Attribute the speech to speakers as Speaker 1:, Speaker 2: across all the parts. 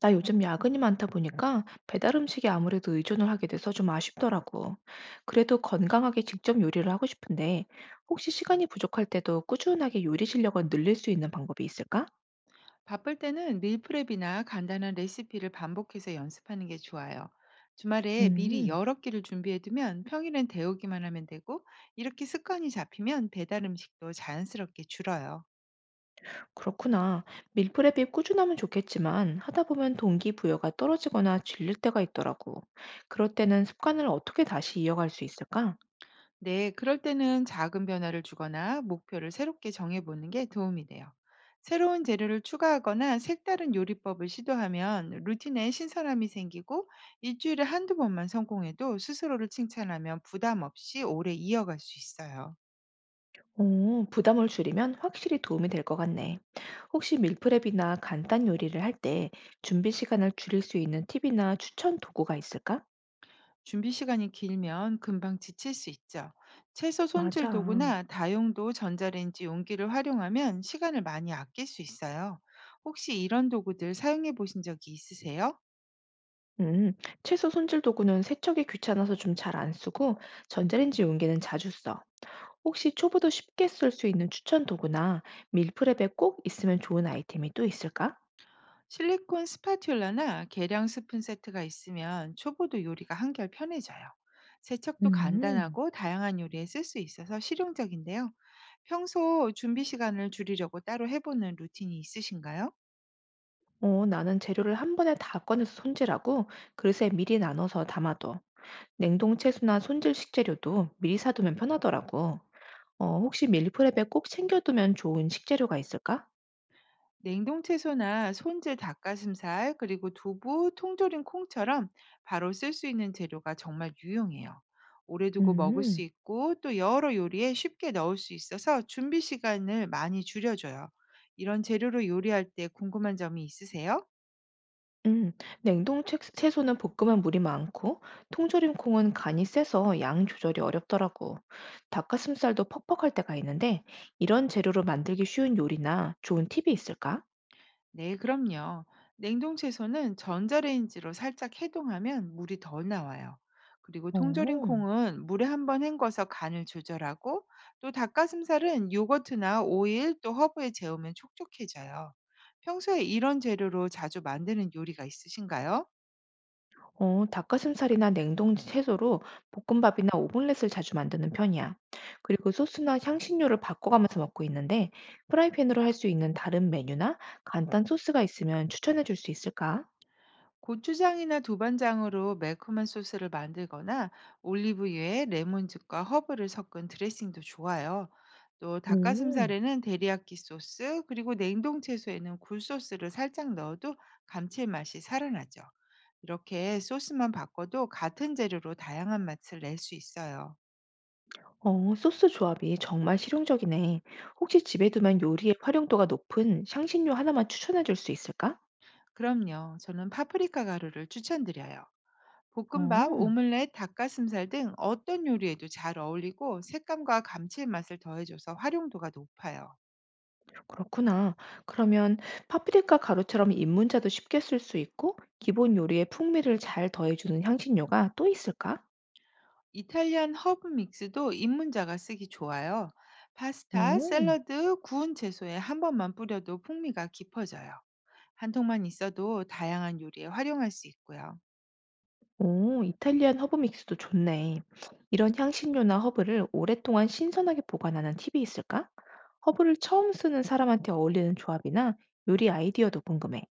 Speaker 1: 나 요즘 야근이 많다 보니까 배달 음식에 아무래도 의존을 하게 돼서 좀 아쉽더라고. 그래도 건강하게 직접 요리를 하고 싶은데, 혹시 시간이 부족할 때도 꾸준하게 요리 실력을 늘릴 수 있는 방법이 있을까?
Speaker 2: 바쁠 때는 밀프렙이나 간단한 레시피를 반복해서 연습하는 게 좋아요. 주말에 미리
Speaker 1: 음,
Speaker 2: 여러 끼를 준비해두면 평일엔 데우기만 하면 되고 이렇게 습관이 잡히면 배달 음식도 자연스럽게 줄어요.
Speaker 1: 그렇구나. 밀프렙이 꾸준하면 좋겠지만, 하다 보면 동기부여가 떨어지거나 질릴 때가 있더라고. 그럴 때는 습관을 어떻게 다시 이어갈 수 있을까?
Speaker 2: 네, 그럴 때는 작은 변화를 주거나 목표를 새롭게 정해보는 게 도움이 돼요. 새로운 재료를 추가하거나 색다른 요리법을 시도하면 루틴에 신선함이 생기고 일주일에 한두 번만 성공해도 스스로를 칭찬하면 부담 없이 오래 이어갈 수 있어요.
Speaker 1: 오, 부담을 줄이면 확실히 도움이 될 것 같네. 혹시 밀프렙이나 간단 요리를 할 때 준비 시간을 줄일 수 있는 팁이나 추천 도구가 있을까?
Speaker 2: 준비 시간이 길면 금방 지칠 수 있죠. 채소 손질
Speaker 1: 맞아.
Speaker 2: 도구나 다용도 전자레인지 용기를 활용하면 시간을 많이 아낄 수 있어요. 혹시 이런 도구들 사용해 보신 적이 있으세요?
Speaker 1: 음, 채소 손질 도구는 세척이 귀찮아서 좀 잘 안 쓰고 전자레인지 용기는 자주 써. 혹시 초보도 쉽게 쓸 수 있는 추천 도구나 밀프렙에 꼭 있으면 좋은 아이템이 또 있을까?
Speaker 2: 실리콘 스파츌라나 계량 스푼 세트가 있으면 초보도 요리가 한결 편해져요. 세척도
Speaker 1: 음,
Speaker 2: 간단하고 다양한 요리에 쓸 수 있어서 실용적인데요. 평소 준비 시간을 줄이려고 따로 해보는 루틴이 있으신가요?
Speaker 1: 어, 나는 재료를 한 번에 다 꺼내서 손질하고 그릇에 미리 나눠서 담아둬. 냉동 채소나 손질 식재료도 미리 사두면 편하더라고. 어, 혹시 밀프렙에 꼭 챙겨두면 좋은 식재료가 있을까?
Speaker 2: 냉동 채소나 손질 닭가슴살, 그리고 두부, 통조림 콩처럼 바로 쓸 수 있는 재료가 정말 유용해요. 오래 두고 먹을 수
Speaker 1: 음,
Speaker 2: 있고 또 여러 요리에 쉽게 넣을 수 있어서 준비 시간을 많이 줄여줘요. 이런 재료로 요리할 때 궁금한 점이 있으세요?
Speaker 1: 음. 채소는 볶으면 물이 많고, 통조림 콩은 간이 세서 양 조절이 어렵더라고. 닭가슴살도 퍽퍽할 때가 있는데, 이런 재료로 만들기 쉬운 요리나 좋은 팁이 있을까?
Speaker 2: 네, 그럼요. 냉동 채소는 전자레인지로 살짝 해동하면 물이 덜 나와요. 그리고 통조림
Speaker 1: 어.
Speaker 2: 콩은 물에 한번 헹궈서 간을 조절하고 또 닭가슴살은 요거트나 오일 또 허브에 재우면 촉촉해져요. 평소에 이런 재료로 자주 만드는 요리가 있으신가요?
Speaker 1: 어, 닭가슴살이나 냉동 채소로 볶음밥이나 오믈렛을 자주 만드는 편이야. 그리고 소스나 향신료를 바꿔가면서 먹고 있는데, 프라이팬으로 할 수 있는 다른 메뉴나 간단 소스가 있으면 추천해 줄 수 있을까?
Speaker 2: 고추장이나 두반장으로 매콤한 소스를 만들거나 올리브유에 레몬즙과 허브를 섞은 드레싱도 좋아요. 또
Speaker 1: 음,
Speaker 2: 닭가슴살에는 데리야끼 소스, 그리고 냉동 채소에는 굴 소스를 살짝 넣어도 감칠맛이 살아나죠. 이렇게 소스만 바꿔도 같은 재료로 다양한 맛을 낼 수 있어요.
Speaker 1: 어, 소스 조합이 정말 실용적이네. 혹시 집에 두면 요리의 활용도가 높은 향신료 하나만 추천해 줄 수 있을까?
Speaker 2: 그럼요. 저는 파프리카 가루를 추천드려요. 볶음밥,
Speaker 1: 어.
Speaker 2: 오믈렛, 닭가슴살 등 어떤 요리에도 잘 어울리고 색감과 감칠맛을 더해줘서 활용도가 높아요.
Speaker 1: 그렇구나. 그러면 파프리카 가루처럼 입문자도 쉽게 쓸 수 있고 기본 요리에 풍미를 잘 더해주는 향신료가 또 있을까?
Speaker 2: 이탈리안 허브 믹스도 입문자가 쓰기 좋아요. 파스타,
Speaker 1: 오,
Speaker 2: 샐러드, 구운 채소에 한 번만 뿌려도 풍미가 깊어져요. 한 통만 있어도 다양한 요리에 활용할 수 있고요.
Speaker 1: 오, 이탈리안 허브 믹스도 좋네. 이런 향신료나 허브를 오랫동안 신선하게 보관하는 팁이 있을까? 허브를 처음 쓰는 사람한테 어울리는 조합이나 요리 아이디어도 궁금해.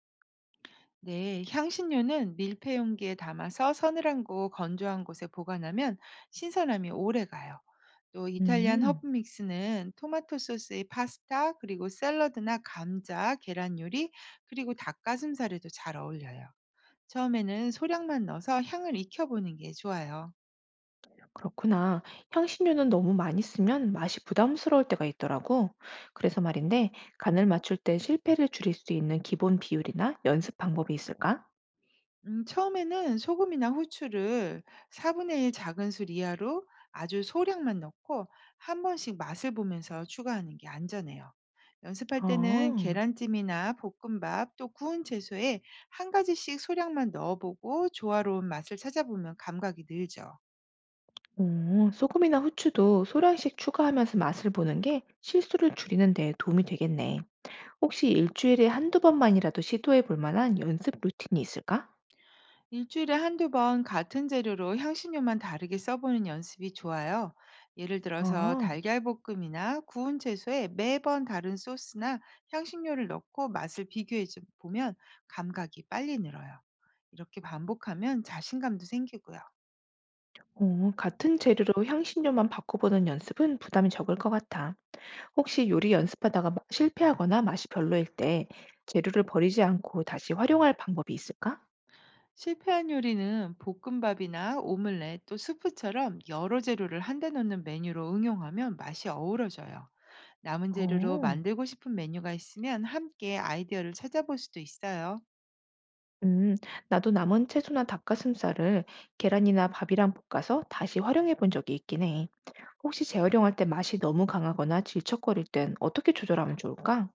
Speaker 2: 네, 향신료는 밀폐 용기에 담아서 서늘하고 건조한 곳에 보관하면 신선함이 오래 가요. 또 이탈리안
Speaker 1: 음.
Speaker 2: 허브 믹스는 토마토 소스의 파스타, 그리고 샐러드나 감자, 계란 요리, 그리고 닭가슴살에도 잘 어울려요. 처음에는 소량만 넣어서 향을 익혀보는 게 좋아요.
Speaker 1: 그렇구나. 향신료는 너무 많이 쓰면 맛이 부담스러울 때가 있더라고. 그래서 말인데, 간을 맞출 때 실패를 줄일 수 있는 기본 비율이나 연습 방법이 있을까?
Speaker 2: 처음에는 소금이나 후추를 4분의 작은 술 이하로 아주 소량만 넣고 한 번씩 맛을 보면서 추가하는 게 안전해요. 연습할 때는
Speaker 1: 아,
Speaker 2: 계란찜이나 볶음밥 또 구운 채소에 한 가지씩 소량만 넣어 보고 조화로운 맛을 찾아보면 감각이 늘죠.
Speaker 1: 오, 소금이나 후추도 소량씩 추가하면서 맛을 보는 게 실수를 줄이는 데 도움이 되겠네. 혹시 일주일에 한두 번만이라도 시도해 볼 만한 연습 루틴이 있을까?
Speaker 2: 일주일에 한두 번 같은 재료로 향신료만 다르게 써보는 연습이 좋아요. 예를 들어서
Speaker 1: 아,
Speaker 2: 달걀볶음이나 구운 채소에 매번 다른 소스나 향신료를 넣고 맛을 비교해 좀 보면 감각이 빨리 늘어요. 이렇게 반복하면 자신감도 생기고요.
Speaker 1: 오, 같은 재료로 향신료만 바꿔보는 연습은 부담이 적을 것 같아. 혹시 요리 연습하다가 실패하거나 맛이 별로일 때 재료를 버리지 않고 다시 활용할 방법이 있을까?
Speaker 2: 실패한 요리는 볶음밥이나 오믈렛 또 수프처럼 여러 재료를 한데 넣는 메뉴로 응용하면 맛이 어우러져요. 남은 재료로
Speaker 1: 어,
Speaker 2: 만들고 싶은 메뉴가 있으면 함께 아이디어를 찾아볼 수도 있어요.
Speaker 1: 음, 나도 남은 채소나 닭가슴살을 계란이나 밥이랑 볶아서 다시 활용해 본 적이 있긴 해. 혹시 재활용할 때 맛이 너무 강하거나 질척거릴 땐 어떻게 조절하면 좋을까?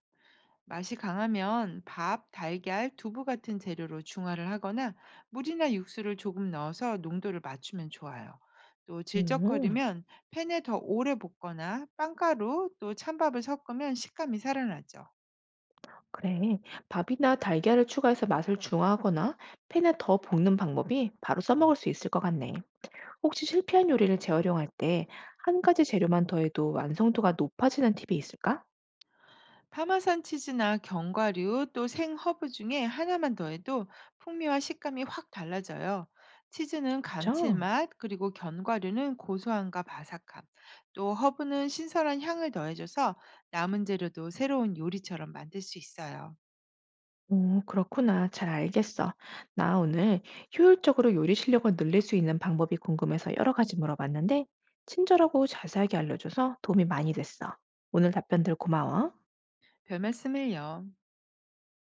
Speaker 2: 맛이 강하면 밥, 달걀, 두부 같은 재료로 중화를 하거나 물이나 육수를 조금 넣어서 농도를 맞추면 좋아요. 또
Speaker 1: 오,
Speaker 2: 질적거리면 팬에 더 오래 볶거나 빵가루 또 찬밥을 섞으면 식감이 살아나죠.
Speaker 1: 그래. 밥이나 달걀을 추가해서 맛을 중화하거나 팬에 더 볶는 방법이 바로 써먹을 수 있을 것 같네. 혹시 실패한 요리를 재활용할 때 한 가지 재료만 더해도 완성도가 높아지는 팁이 있을까?
Speaker 2: 파마산 치즈나 견과류 또 생허브 중에 하나만 더해도 풍미와 식감이 확 달라져요. 치즈는
Speaker 1: 그렇죠?
Speaker 2: 감칠맛, 그리고 견과류는 고소함과 바삭함, 또 허브는 신선한 향을 더해줘서 남은 재료도 새로운 요리처럼 만들 수 있어요.
Speaker 1: 오, 그렇구나. 잘 알겠어. 나 오늘 효율적으로 요리 실력을 늘릴 수 있는 방법이 궁금해서 여러 가지 물어봤는데 친절하고 자세하게 알려줘서 도움이 많이 됐어. 오늘 답변들 고마워.
Speaker 2: 별 말씀을요.